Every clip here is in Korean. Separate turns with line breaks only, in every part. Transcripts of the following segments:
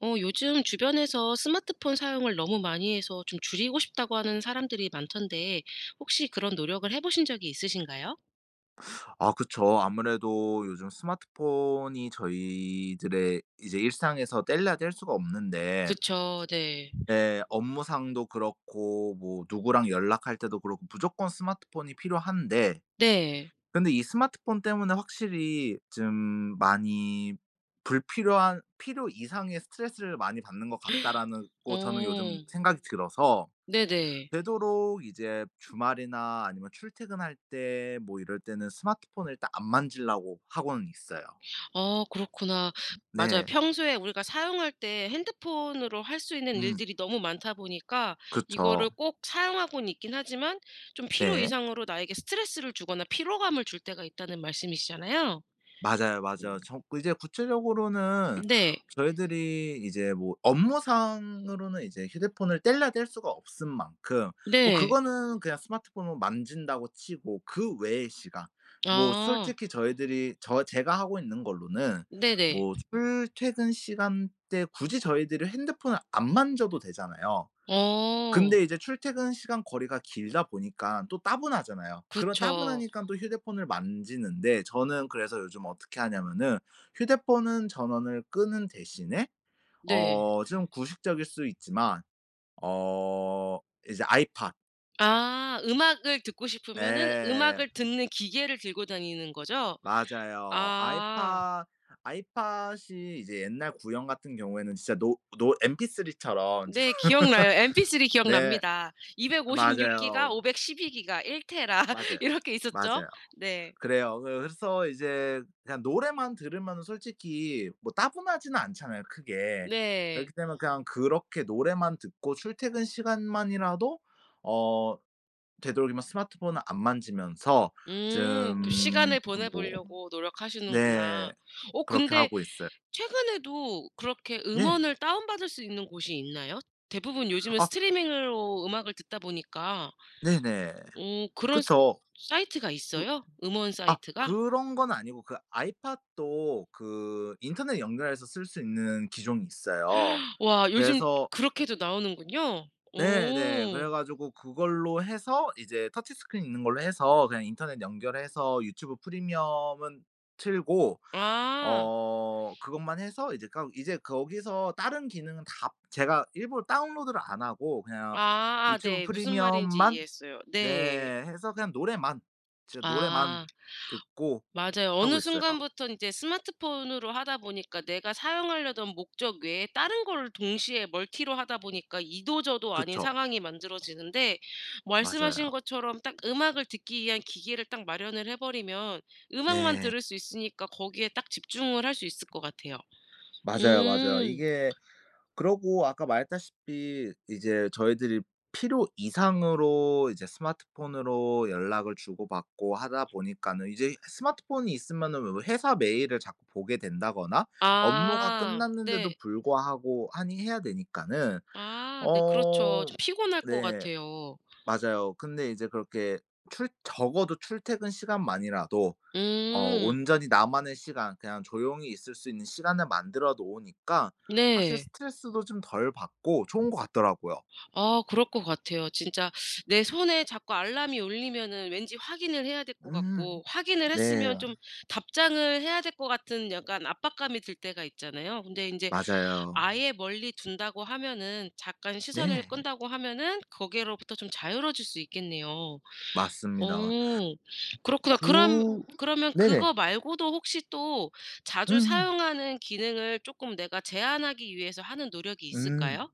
요즘 주변에서 스마트폰 사용을 너무 많이 해서 좀 줄이고 싶다고 하는 사람들이 많던데 혹시 그런 노력을 해 보신 적이 있으신가요?
아 그쵸. 아무래도 요즘 스마트폰이 저희들의 이제 일상에서 뗄래야 뗄 수가 없는데
그쵸. 네.
네 업무상도 그렇고 뭐 누구랑 연락할 때도 그렇고 무조건 스마트폰이 필요한데
네.
근데 이 스마트폰 때문에 확실히 좀 많이 불필요한 '필요 이상의 스트레스를 많이 받는 것 같다.'라는 거 저는 요즘
어.
생각이 들어서
네네.
되도록 이제 주말이나 아니면 출퇴근할 때 뭐 이럴 때는 스마트폰을 일단 안 만지려고 하고는 있어요.
아 그렇구나. 맞아요.
네.
평소에 우리가 사용할 때 핸드폰으로 할 수 있는
음.
일들이 너무 많다 보니까
그쵸.
이거를 꼭 사용하고는 있긴 하지만 좀 필요
네.
이상으로 나에게 스트레스를 주거나 피로감을 줄 때가 있다는 말씀이시잖아요.
맞아요, 맞아요.
음.
정 그 이제 구체적으로는
네.
저희들이 이제 뭐 업무상으로는 이제 휴대폰을 뗄래야 뗄 수가 없은 만큼 뭐
네.
그거는 그냥 스마트폰으로 만진다고 치고 그 외의 시간 뭐
아.
솔직히 저희들이 제가 하고 있는 걸로는
네네.
뭐 출퇴근 시간대 굳이 저희들이 핸드폰을 안 만져도 되잖아요.
어
근데 이제 출퇴근 시간 거리가 길다 보니까 또 따분하잖아요. 그런 따분하
그쵸.
니까 또 휴대폰을 만지는데 저는 그래서 요즘 어떻게 하냐면은 휴대폰은 전원을 끄는 대신에
네.
어 좀 구식적일 수 있지만 어 이제 아이팟
아 음악을 듣고 싶으면은
예.
음악을 듣는 기계를 들고 다니는 거죠?
맞아요.
아
아이팟이 이제 옛날 구형 같은 경우에는 진짜 노 MP3 처럼
네, 기억나요. MP3
네.
기억납니다. 256 기가,
맞아요.
512 기가, 1 테라
맞아요.
이렇게 있었죠?
맞아요.
네.
그래요. 그 그래서 이제 그냥 노래만 들으면 솔직히 뭐 따분하지는 않잖아요 크게.
네.
그렇기 때문에 그냥 그렇게 노래만 듣고 출퇴근 시간만이라도 어 되도록이면 스마트폰을 안 만지면서
음, 그
좀
시간을 보내
뭐
보려고
네.
노력하시는구나. 어
그렇게
근데
하고 있어요.
최근에도 그렇게
네.
음원을 다운받을 수 있는 곳이 있나요? 대부분 요즘은
아
스트리밍으로 음악을 듣다 보니까.
네네.
어 그런 스
그쵸.
사이트가
그
있어요? 음원
아
사이트가?
그런 건 아니고 그 아이팟도 그 인터넷 연결해서 쓸 수 있는 기종이 있어요.
와, 요즘
그래서
그렇게도 나오는군요.
네네.
오.
그래 가지고 그걸로 해서 이제 터치 스크린 있는 걸로 해서 그냥 인터넷 연결해서 유튜브 프리미엄은 틀고
아.
어 그것만 해서 이제 까 이제 거기서 다른 기능은 다 제가 일부러 다운로드를 안 하고 그냥
아 아
유튜브
네. 무슨 말인지
프리미엄만
이해했어요. 네.
네 해서 그냥 노래만 진짜 노래만
아.
듣고
맞아요.
하고
어느
있어요.
순간부터 이제 스마트폰으로 하다 보니까 내가 사용하려던 목적 외에 다른 거를 동시에 멀티로 하다 보니까 이도저도 아닌
그쵸.
상황이 만들어지는데,
맞아요.
말씀하신 것처럼 딱 음악을 듣기 위한 기기를 딱 마련을 해 버리면 음악만
네.
들을 수 있으니까 거기에 딱 집중을 할 수 있을 것 같아요.
맞아요, 맞아요.
음.
이게 그러고 아까 말했다시피 이제 저희들이 필요 이상으로 이제 스마트폰으로 연락을 주고받고 하다 보니까는 이제 스마트폰이 있으면은 왜 회사 메일을 자꾸 보게 된다거나 업무가
아
끝났는데도
네.
불구하고 하니 해야 되니까는
아 네 그렇죠.
어
좀 피곤할 것
네
같아요.
맞아요. 근데 이제 그렇게 출 적어도 출퇴근 시간만이라도 어
음.
온전히 나만의 시간 그냥 조용히 있을 수 있는 시간을 만들어 놓으니까 확실히
네.
스트레스도 좀 덜 받고 좋은 것 같더라고요.
아 그럴 것 같아요. 진짜 내 손에 자꾸 알람이 울리면은 왠지 확인을 해야 될 것 같고,
음.
확인을
네.
했으면 좀 답장을 해야 될 것 같은 약간 압박감이 들 때가 있잖아요. 근데 이제
맞아요.
아예 멀리 둔다고 하면은, 잠깐 시선을
네.
끈다고 하면은 거기로부터 좀 자유로워질 수 있겠네요.
맞습니다.
오 그렇구나. 그럼,
구
그러면
네네.
그거 말고도 혹시 또 자주
음음.
사용하는 기능을 조금 내가 제한하기 위해서 하는 노력이
음.
있을까요?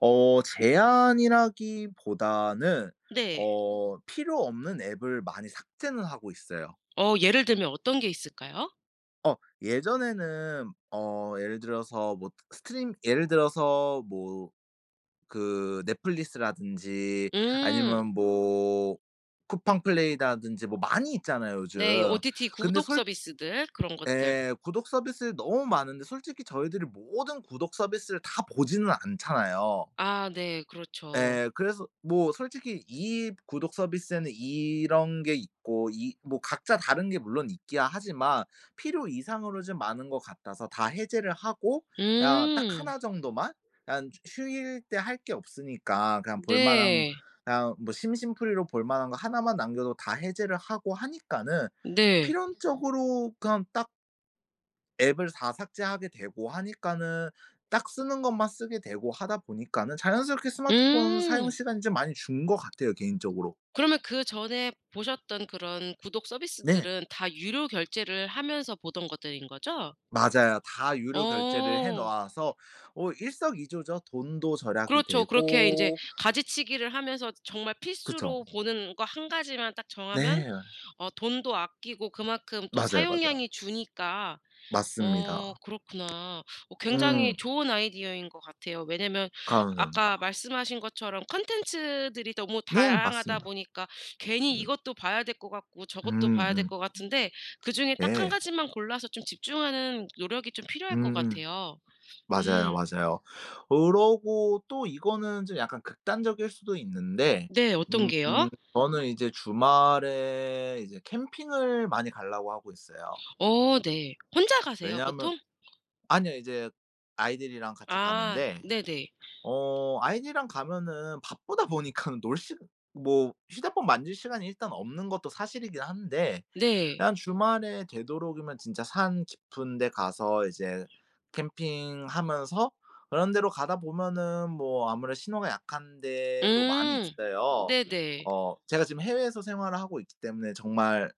어 제한이라기보다는
네.
필요 없는 앱을 많이 삭제는 하고 있어요.
어 예를 들면 어떤 게 있을까요?
어 예전에는 예를 들어서 뭐 스트림 예를 들어서 뭐 그 넷플릭스라든지
음.
아니면 뭐 쿠팡 플레이라든지 뭐 많이 있잖아요
네.
요즘.
OTT
근데
구독
솔
서비스들, 그런 것들.
예. 구독 서비스 너무 많은데 솔직히 저희들이 모든 구독 서비스를 다 보지는 않잖아요.
아 네. 그렇죠.
예. 그래서 뭐 솔직히 이 구독 서비스에는 이런 게 있고 이 뭐 각자 다른 게 물론 있기야 하지만 필요 이상으로 좀 많은 것 같아서 다 해제를 하고 그냥 딱
음.
나 정도만 그냥 휴일 때 할 게 없으니까 그냥 볼 만한
네.
그냥 뭐 심심풀이로 볼 만한 거 하나만 남겨도 다 해제를 하고 하니까는
네.
필연적으로 그냥 딱 앱을 다 삭제하게 되고 하니까는 딱 쓰는 것만 쓰게 되고 하다 보니까는 자연스럽게 스마트폰
음.
사용 시간이 좀 많이 준 것 같아요 개인적으로.
그러면 그전에 보셨던 그런 구독
네.
서비스들은 다 유료 결제를 하면서 보던 것들인 거죠?
맞아요. 다 유료 결제를 해
어.
놓아서 어 일석이조죠. 돈도 절약이
그렇죠. 그렇게 인제
되고
가지치기를 하면서 정말
그쵸.
필수로 보는 거 한 가지만 딱 정하면
네.
어 돈도 아끼고 그만큼 또
맞아요, 맞아요.
사용량이 주니까. 어
맞습니다.
그렇구나. 어 굉장히
음.
좋은 아이디어인 것 같아요. 왜냐면
감사합니다.
아까 말씀하신 것처럼 컨텐츠들이 너무
네
다양하다
맞습니다.
보니까 괜히
음.
이것도 봐야 될 것 같고 저것도 봐야 될
음음.
것 같은데, 그중에 딱 한
네.
가지만 골라서 좀 집중하는 노력이 좀 필요할 것
음음.
같아요.
맞아요,
음.
맞아요. 그러고 또 이거는 좀 약간 극단적일 수도 있는데
네. 어떤
음 음,
게요?
저는 이제 주말에 이제 캠핑을 많이 가려고 하고 있어요.
어 네. 혼자 가세요
왜냐하면
보통?
아니요. 이제 아이들이랑 같이
아
가는데
네네.
어 아이들이랑 가면은 바쁘다 보니까는 놀 시간 뭐 휴대폰 만질 시간이 일단 없는 것도 사실이긴 한데
네.
그냥 주말에 되도록이면 진짜 산 깊은 데 가서 이제 캠핑하면서 그런 데로 가다 보면은 뭐 아무래도 신호가 약한 데도 많이
음.
있어요.
네네.
어 제가 지금 해외에서 생활을 하고 있기 때문에 정말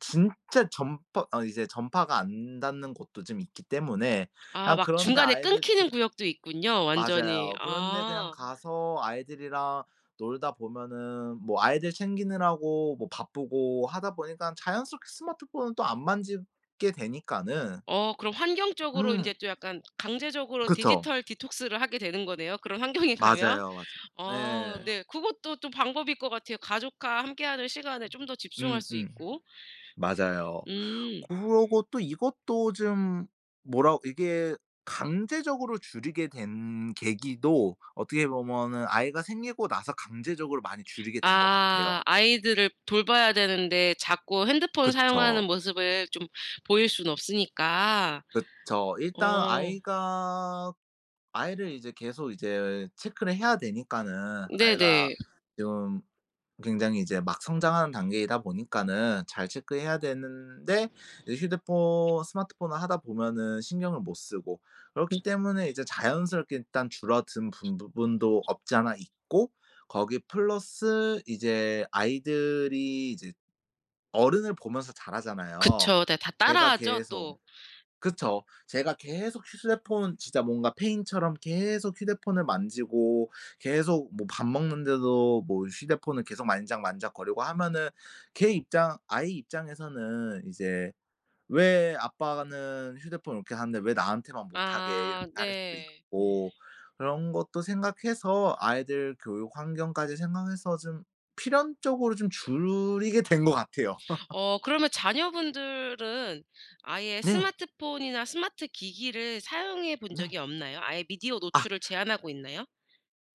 진짜 전파 어 이제 전파가 안 닿는 곳도 좀 있기 때문에
아
그냥
막
그런 데
중간에
아이들
끊기는 구역도 있군요 완전히.
맞아요. 그런데 그냥
아.
가서 아이들이랑 놀다 보면은 뭐 아이들 챙기느라고 뭐 바쁘고 하다 보니까 자연스럽게 스마트폰은 또 안 만지게 되니까는
어 그럼 환경적으로
음
인제 좀 약간 강제적으로
그쵸.
디지털 디톡스를 하게 되는 거네요, 그런 환경에 가면.
맞아요, 맞아요.
아
네.
네. 그것도 좀 방법일 것 같아요. 가족과 함께하는 시간에 좀 더 집중할 수
음음.
있고.
맞아요.
음.
그러고 또 이것도 좀 뭐라 이게 강제적으로 줄이게 된 계기도 어떻게 보면은 아이가 생기고 나서 강제적으로 많이 줄이게 된 것 같아요.
아 아이들을 돌봐야 되는데 자꾸 핸드폰 사용하는
그쵸.
모습을 좀 보일 수는 없으니까.
그쵸. 일단
어
아이가 아이를 이제 계속 이제 체크를 해야 되니까는 아이가
네네.
지금 굉장히 이제 막 성장하는 단계이다 보니까는 잘 체크해야 되는데 이제 휴대폰 스마트폰을 하다 보면은 신경을 못 쓰고 그렇기
음
때문에 이제 자연스럽게 일단 줄어든 분 부분도 없지 않아 있고 거기 플러스 이제 아이들이 이제 어른을 보면서 자라잖아요.
그쵸. 네 다
제가
따라하죠
계속
또.
그쵸. 제가 계속 휴대폰 진짜 뭔가 페인처럼 계속 휴대폰을 만지고 계속 뭐 밥 먹는데도 뭐 휴대폰을 계속 만지작만지작거리고 하면은 걔 입장 아이 입장에서는 이제 '왜 아빠는 휴대폰 이렇게 하는데 왜 나한테만 못하게.' 이렇게
아
할 수도
네.
있고 그런 것도 생각해서 아이들 교육 환경까지 생각해서 좀 필연적으로 좀 줄이게 된 것 같아요.
어 그러면 자녀분들은 아예
네.
스마트폰이나 스마트 기기를 사용해 본
네.
적이 없나요? 아예 미디어 노출을
아
제한하고 있나요?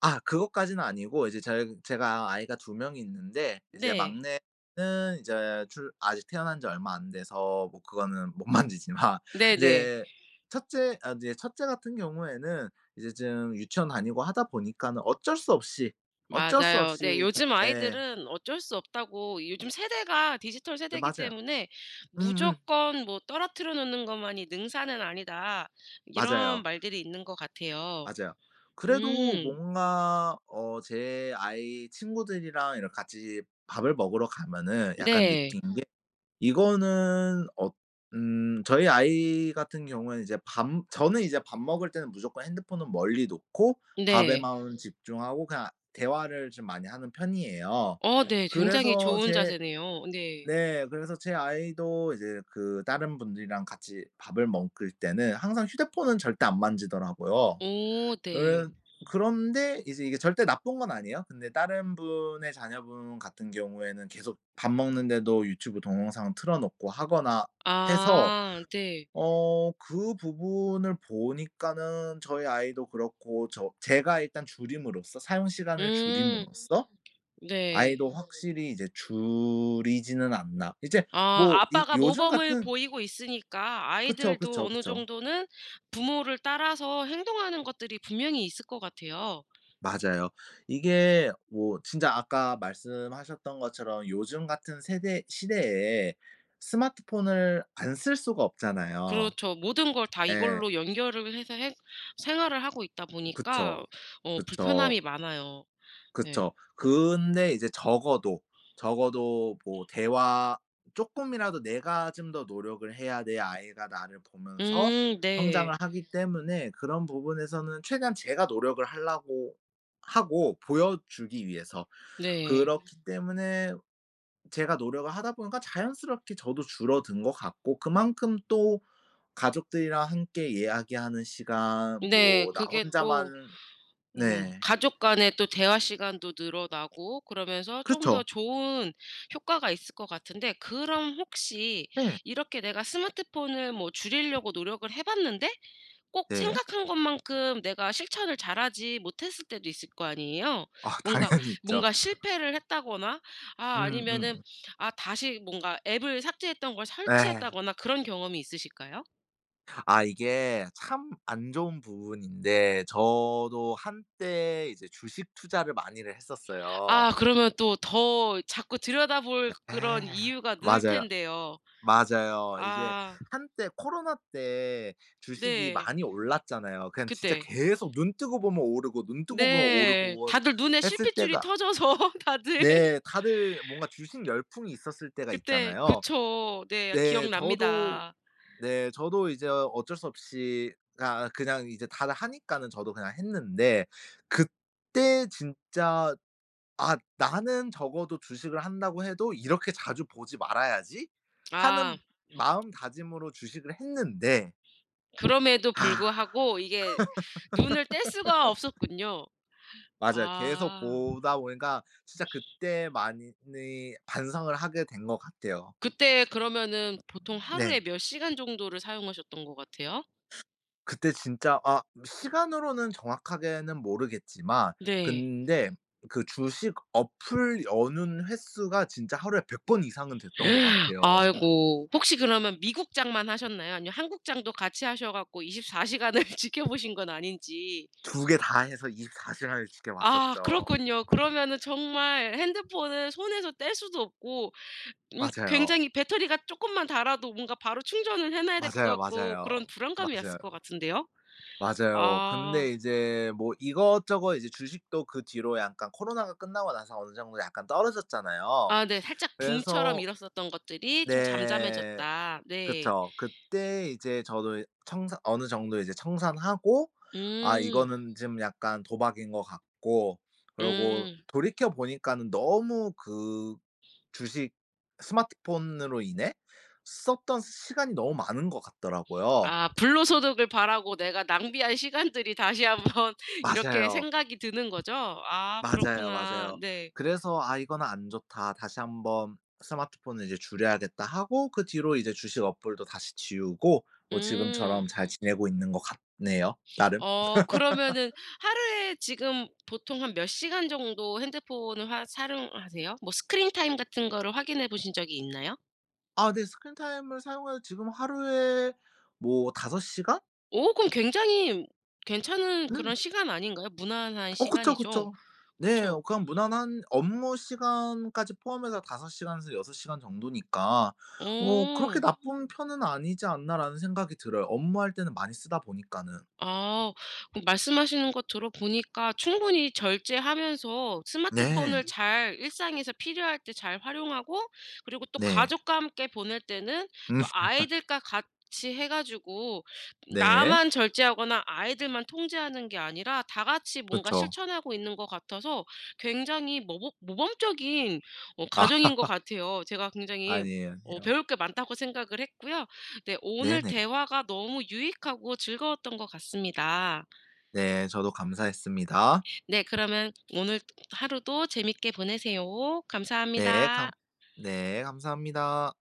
아 그것까지는 아니고 이제 절 제가 아이가 2명이 있는데 이제
네.
막내는 이제 출 아직 태어난 지 얼마 안 돼서 뭐 그거는 못 만지지만
네네.
이제 첫째 아 이제 첫째 같은 경우에는 이제 좀 유치원 다니고 하다 보니까는 어쩔 수 없이, 어쩔 수
맞아요. 네.
없이
요즘
예.
아이들은 어쩔 수 없다고, 요즘 세대가 디지털
네
세대이기
맞아요.
때문에
음음.
무조건 뭐 "떨어뜨려 놓는 것만이 능사는 아니다." 이런
맞아요,
말들이 있는 것 같아요.
맞아요. 그래도
음.
뭔가 어 제 아이 친구들이랑 이렇게 같이 밥을 먹으러 가면은 약간
네.
느낀 게 이거는 어 저희 아이 같은 경우에는 이제 밥 저는 이제 밥 먹을 때는 무조건 핸드폰은 멀리 놓고
네.
밥에만 집중하고 그냥 대화를 좀 많이 하는 편이에요. 아.
어 네. 굉장히
그래서
좋은
제
자세네요. 네.
네. 그래서 제 아이도 이제 그 다른 분들이랑 같이 밥을 먹을 때는 항상 휴대폰은 절대 안 만지더라고요.
오 네.
음 그런데 이제 이게 절대 나쁜 건 아니에요. 근데 다른 분의 자녀분 같은 경우에는 계속 밥 먹는데도 유튜브 동영상 틀어 놓고 하거나 해서
아 네.
어 그 부분을 보니까는 저희 아이도 그렇고 제가 일단 줄임으로써 사용 시간을
음
줄임으로써
네.
아이도 확실히 이제 줄이지는 않나. 이제
아
뭐 이
아빠가
요즘
모범을
같은
보이고 있으니까
그쵸,
아이들도
그쵸,
어느
그쵸.
정도는 부모를 따라서 행동하는 것들이 분명히 있을 것 같아요.
맞아요. 이게 뭐 진짜 아까 말씀하셨던 것처럼 요즘 같은 세대 시대에 스마트폰을 안 쓸 수가 없잖아요.
그렇죠. 모든 걸 다
예.
이걸로 연결을 해서 행 생활을 하고 있다 보니까
그쵸.
어
그쵸.
불편함이 많아요. 네.
그쵸. 근데 이제 적어도 뭐 대화 쪼끔이라도 '내가 좀 더 노력을 해야 내 아이가 나를 보면서 성장을
네.
하기 때문에 그런 부분에서는 최대한 제가 노력을 하려고 하고 보여주기 위해서
네.
그렇기 때문에 제가 노력을 하다 보니까 자연스럽게 저도 줄어든 것 같고 그만큼 또 가족들이랑 함께 이야기하는 시간
네.
뭐 나
그게 또
혼자만 네.
가족 간의 또 대화 시간도 늘어나고, 그러면서 좀 더
그쵸.
좋은 효과가 있을 것 같은데, 그럼 혹시
네.
이렇게 내가 스마트폰을 뭐 줄이려고 노력을 해 봤는데 꼭
네.
생각한 것만큼 내가 실천을 잘하지 못했을 때도 있을 거 아니에요.
아
뭔가,
당연히 있죠.
실패를 했다거나 아, 아니면은
음음.
아 다시 뭔가 앱을 삭제했던 걸
예.
설치했다거나 그런 경험이 있으실까요?
아 이게 참 안 좋은 부분인데 저도 한때 이제 주식 투자를 많이를
아
했었어요.
그러면 또 더 자꾸 들여다볼
예.
그런 이유가 늘
맞아요.
텐데요.
맞아요. 이제
아
한때 코로나 때 주식이
네.
많이 올랐잖아요. 그냥 진짜
그때.
계속 눈 뜨고 보면 오르고 눈 뜨고 보면
네.
오르고
다들 눈에
했을
실핏줄이
때가
터져서 다들
네 다들 뭔가 주식 열풍이 있었을 때가
그때.
있잖아요.
그쵸. 네.
네. 저도
기억납니다.
네 저도 이제 어쩔 수 없이 그 그냥 이제 다들 하니까는 저도 그냥 했는데 그때 진짜 '아 나는 적어도 주식을 한다고 해도 이렇게 자주 보지 말아야지.'
아,
하는 마음다짐으로 주식을 했는데
그럼에도
아
불구하고 이게 눈을 뗄 수가 없었군요.
맞아요. 계속
아.
보다 보니까 진짜 그때 많이 반성을 하게 된 것 같아요.
그때 그러면은 보통 하루에
네.
몇 시간 정도를 사용하셨던 것 같아요?
그때 진짜 아 시간으로는 정확하게는 모르겠지만
네.
근데 그 주식 어플 여는 횟수가 진짜 하루에 100번 이상은 됐던 것 같아요.
아이고. 혹시 그러면 미국장만 하셨나요? 아니면 한국장도 같이 하셔 갖고 24 시간을 지켜보신 건 아닌지.
2개 다 해서 24 시간을
아
지켜봤었죠.
그렇군요. 그러면은 정말 핸드폰을 손에서 뗄 수도 없고
맞아요.
굉장히 배터리가 쪼끔만 닳아도 뭔가 바로 충전을 해 놔야 될 것
맞아요,
같고, 그런
맞아요.
불안감이었을
맞아요.
것 같은데요.
맞아요.
아.
근데 이제 뭐 이것저것 이제 주식도 그 뒤로 약간 코로나가 끝나고 나서 어느 정도 약간 떨어졌잖아요.
아 네. 살짝 붐처럼
그래서
일었었던 것들이 좀
네.
잠잠해졌다. 네.
그쵸. 그때 이제 저도 청산 어느 정도 이제 청산하고 아
음.
이거는 좀 약간 도박인 것 같고 그러고
음.
돌이켜 보니까는 너무 그 주식 스마트폰으로 인해 썼던 시간이 너무 많은 것 같더라고요.
아 불로소득을 바라고 내가 낭비한 시간들이 다시 한번 이렇게
맞아요.
생각이 드는 거죠? 아
맞아요,
그렇구나.
맞아요.
네.
그래서 '아 이거는 안 좋다. 다시 한번 스마트폰을 이제 줄여야겠다.' 하고 그 뒤로 이제 주식 어플도 다시 지우고 뭐
음.
지금처럼 잘 지내고 있는 것 같네요 나름.
어 그러면은 하루에 지금 보통 한 몇 시간 정도 핸드폰을 화 사용하세요? 뭐 스크린 타임 같은 거를 확인해 보신 적이 있나요?
아 네. 스크린타임을 사용해서 지금 하루에 뭐 5시간?
오 그럼 굉장히 괜찮은 그런
음.
시간 아닌가요? 무난한
어 그쵸,
시간이죠.
그쵸. 네. 어
그쵸?
그냥 무난한 업무 시간까지 포함해서 5시간에서 6시간 정도니까 어 '그렇게
오.
나쁜 편은 아니지 않나.'라는 생각이 들어요. 업무할 때는 많이 쓰다 보니까는.
아. 그 말씀하시는 것 들어보니까 충분히 절제하면서
네.
스마트폰을
음.
잘 일상에서 필요할 때 잘 활용하고, 그리고 또
네.
가족과 함께 보낼 때는
음
또 아이들과 같이 해 가지고
네.
나만 절제하거나 아이들만 통제하는 게 아니라 다 같이 뭔가
그쵸.
실천하고 있는 것 같아서 굉장히 모범적인 어
아
가정인 것 같아요. 제가 굉장히
아니에요,
어
아니에요.
배울 게 많다고 생각을 했고요. 네. 오늘
네네.
대화가 너무 유익하고 즐거웠던 것 같습니다.
네. 저도 감사했습니다.
네. 그러면 오늘 하루도 재밌게 보내세요.
네.
감사합니다.
감 네. 감사합니다.